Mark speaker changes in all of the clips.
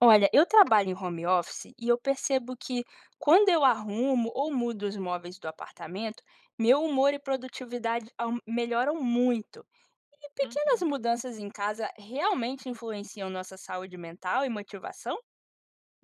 Speaker 1: Olha, eu trabalho em home office e eu percebo que quando eu arrumo ou mudo os móveis do apartamento, meu humor e produtividade melhoram muito. E pequenas
Speaker 2: Uhum.
Speaker 1: mudanças em casa realmente influenciam nossa saúde mental e motivação?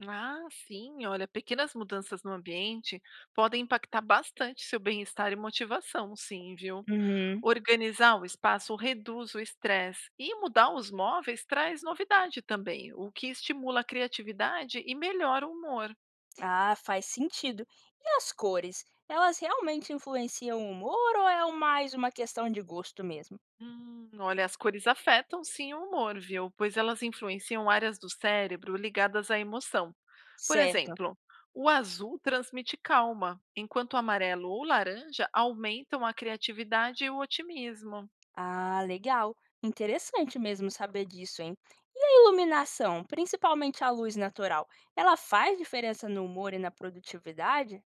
Speaker 2: Ah, sim, olha, pequenas mudanças no ambiente podem impactar bastante seu bem-estar e motivação, sim, viu?
Speaker 1: Uhum.
Speaker 2: Organizar o espaço reduz o estresse e mudar os móveis traz novidade também, o que estimula a criatividade e melhora o humor.
Speaker 1: Ah, faz sentido. E as cores? Elas realmente influenciam o humor ou é mais uma questão de gosto mesmo?
Speaker 2: Olha, as cores afetam sim o humor, viu? Pois elas influenciam áreas do cérebro ligadas à emoção. Por
Speaker 1: Certo.
Speaker 2: exemplo, o azul transmite calma, enquanto o amarelo ou laranja aumentam a criatividade e o otimismo.
Speaker 1: Ah, legal. Interessante mesmo saber disso, hein? E a iluminação, principalmente a luz natural, ela faz diferença no humor e na produtividade?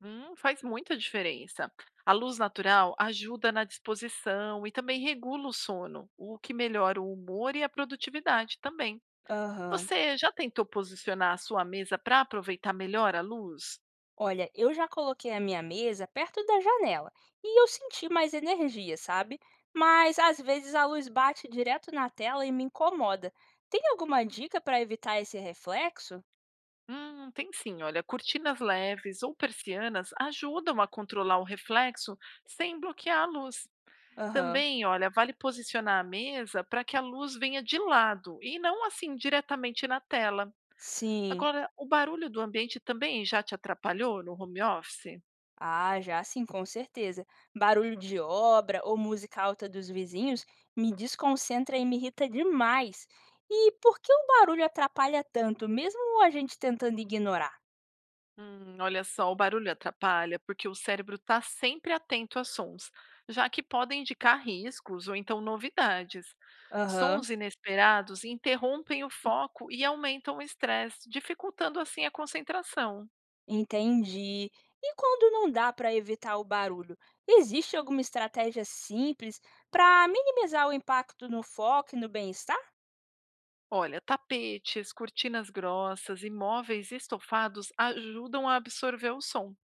Speaker 2: Faz muita diferença. A luz natural ajuda na disposição e também regula o sono, o que melhora o humor e a produtividade também.
Speaker 1: Aham.
Speaker 2: Você já tentou posicionar a sua mesa para aproveitar melhor a luz?
Speaker 1: Olha, eu já coloquei a minha mesa perto da janela e eu senti mais energia, sabe? Mas às vezes a luz bate direto na tela e me incomoda. Tem alguma dica para evitar esse reflexo?
Speaker 2: Tem sim, olha, cortinas leves ou persianas ajudam a controlar o reflexo sem bloquear a luz.
Speaker 1: Aham.
Speaker 2: Também, olha, vale posicionar a mesa para que a luz venha de lado e não assim diretamente na tela.
Speaker 1: Sim.
Speaker 2: Agora, o barulho do ambiente também já te atrapalhou no home office?
Speaker 1: Ah, já sim, com certeza. Barulho de obra ou música alta dos vizinhos me desconcentra e me irrita demais. E por que o barulho atrapalha tanto, mesmo a gente tentando ignorar?
Speaker 2: Olha só, o barulho atrapalha porque o cérebro está sempre atento a sons, já que podem indicar riscos ou então novidades.
Speaker 1: Aham.
Speaker 2: Sons inesperados interrompem o foco e aumentam o estresse, dificultando assim a concentração.
Speaker 1: Entendi. E quando não dá para evitar o barulho, existe alguma estratégia simples para minimizar o impacto no foco e no bem-estar?
Speaker 2: Olha, tapetes, cortinas grossas e móveis estofados ajudam a absorver o som.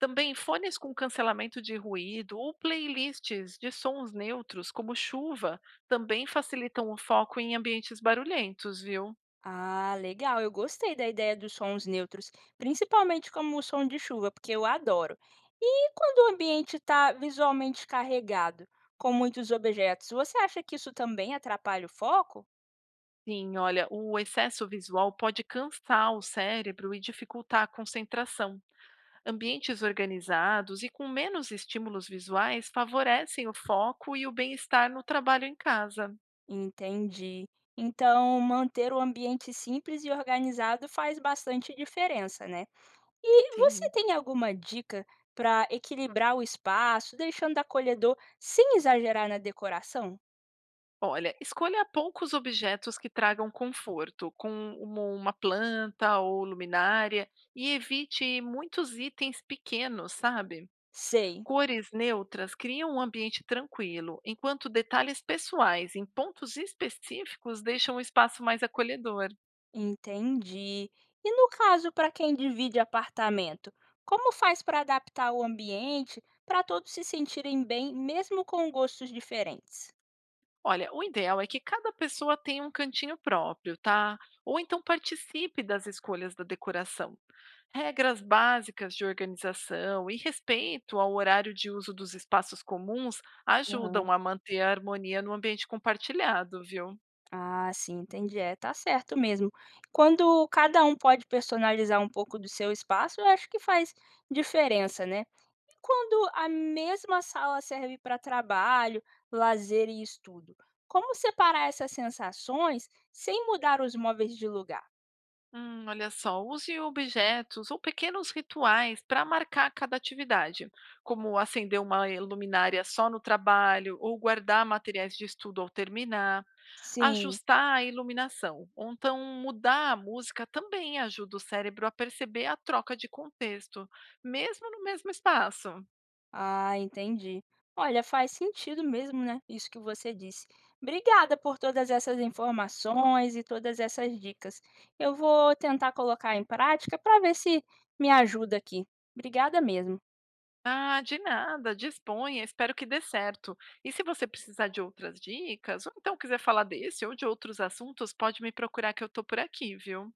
Speaker 2: Também fones com cancelamento de ruído ou playlists de sons neutros, como chuva, também facilitam o foco em ambientes barulhentos, viu?
Speaker 1: Ah, legal. Eu gostei da ideia dos sons neutros, principalmente como o som de chuva, porque eu adoro. E quando o ambiente está visualmente carregado, com muitos objetos, você acha que isso também atrapalha o foco?
Speaker 2: Sim, olha, o excesso visual pode cansar o cérebro e dificultar a concentração. Ambientes organizados e com menos estímulos visuais favorecem o foco e o bem-estar no trabalho em casa.
Speaker 1: Entendi. Então, manter o ambiente simples e organizado faz bastante diferença, né? E você
Speaker 2: Sim.
Speaker 1: tem alguma dica para equilibrar o espaço, deixando acolhedor sem exagerar na decoração?
Speaker 2: Olha, escolha poucos objetos que tragam conforto, com uma planta ou luminária, e evite muitos itens pequenos, sabe?
Speaker 1: Sei.
Speaker 2: Cores neutras criam um ambiente tranquilo, enquanto detalhes pessoais em pontos específicos deixam o espaço mais acolhedor.
Speaker 1: Entendi. E no caso para quem divide apartamento, como faz para adaptar o ambiente para todos se sentirem bem, mesmo com gostos diferentes?
Speaker 2: Olha, o ideal é que cada pessoa tenha um cantinho próprio, tá? Ou então participe das escolhas da decoração. Regras básicas de organização e respeito ao horário de uso dos espaços comuns
Speaker 1: Aham.
Speaker 2: ajudam a manter a harmonia no ambiente compartilhado, viu?
Speaker 1: Ah, sim, entendi. É, tá certo mesmo. Quando cada um pode personalizar um pouco do seu espaço, eu acho que faz diferença, né? E quando a mesma sala serve para trabalho, lazer e estudo, como separar essas sensações sem mudar os móveis de lugar?
Speaker 2: Olha só, use objetos ou pequenos rituais para marcar cada atividade, como acender uma luminária só no trabalho ou guardar materiais de estudo ao terminar.
Speaker 1: Sim.
Speaker 2: Ajustar a iluminação, ou então mudar a música também ajuda o cérebro a perceber a troca de contexto, mesmo no mesmo espaço.
Speaker 1: Ah, entendi. Olha, faz sentido mesmo, né? Isso que você disse. Obrigada por todas essas informações e todas essas dicas. Eu vou tentar colocar em prática para ver se me ajuda aqui. Obrigada mesmo.
Speaker 2: Ah, de nada, disponha, espero que dê certo. E se você precisar de outras dicas, ou então quiser falar desse ou de outros assuntos, pode me procurar que eu estou por aqui, viu?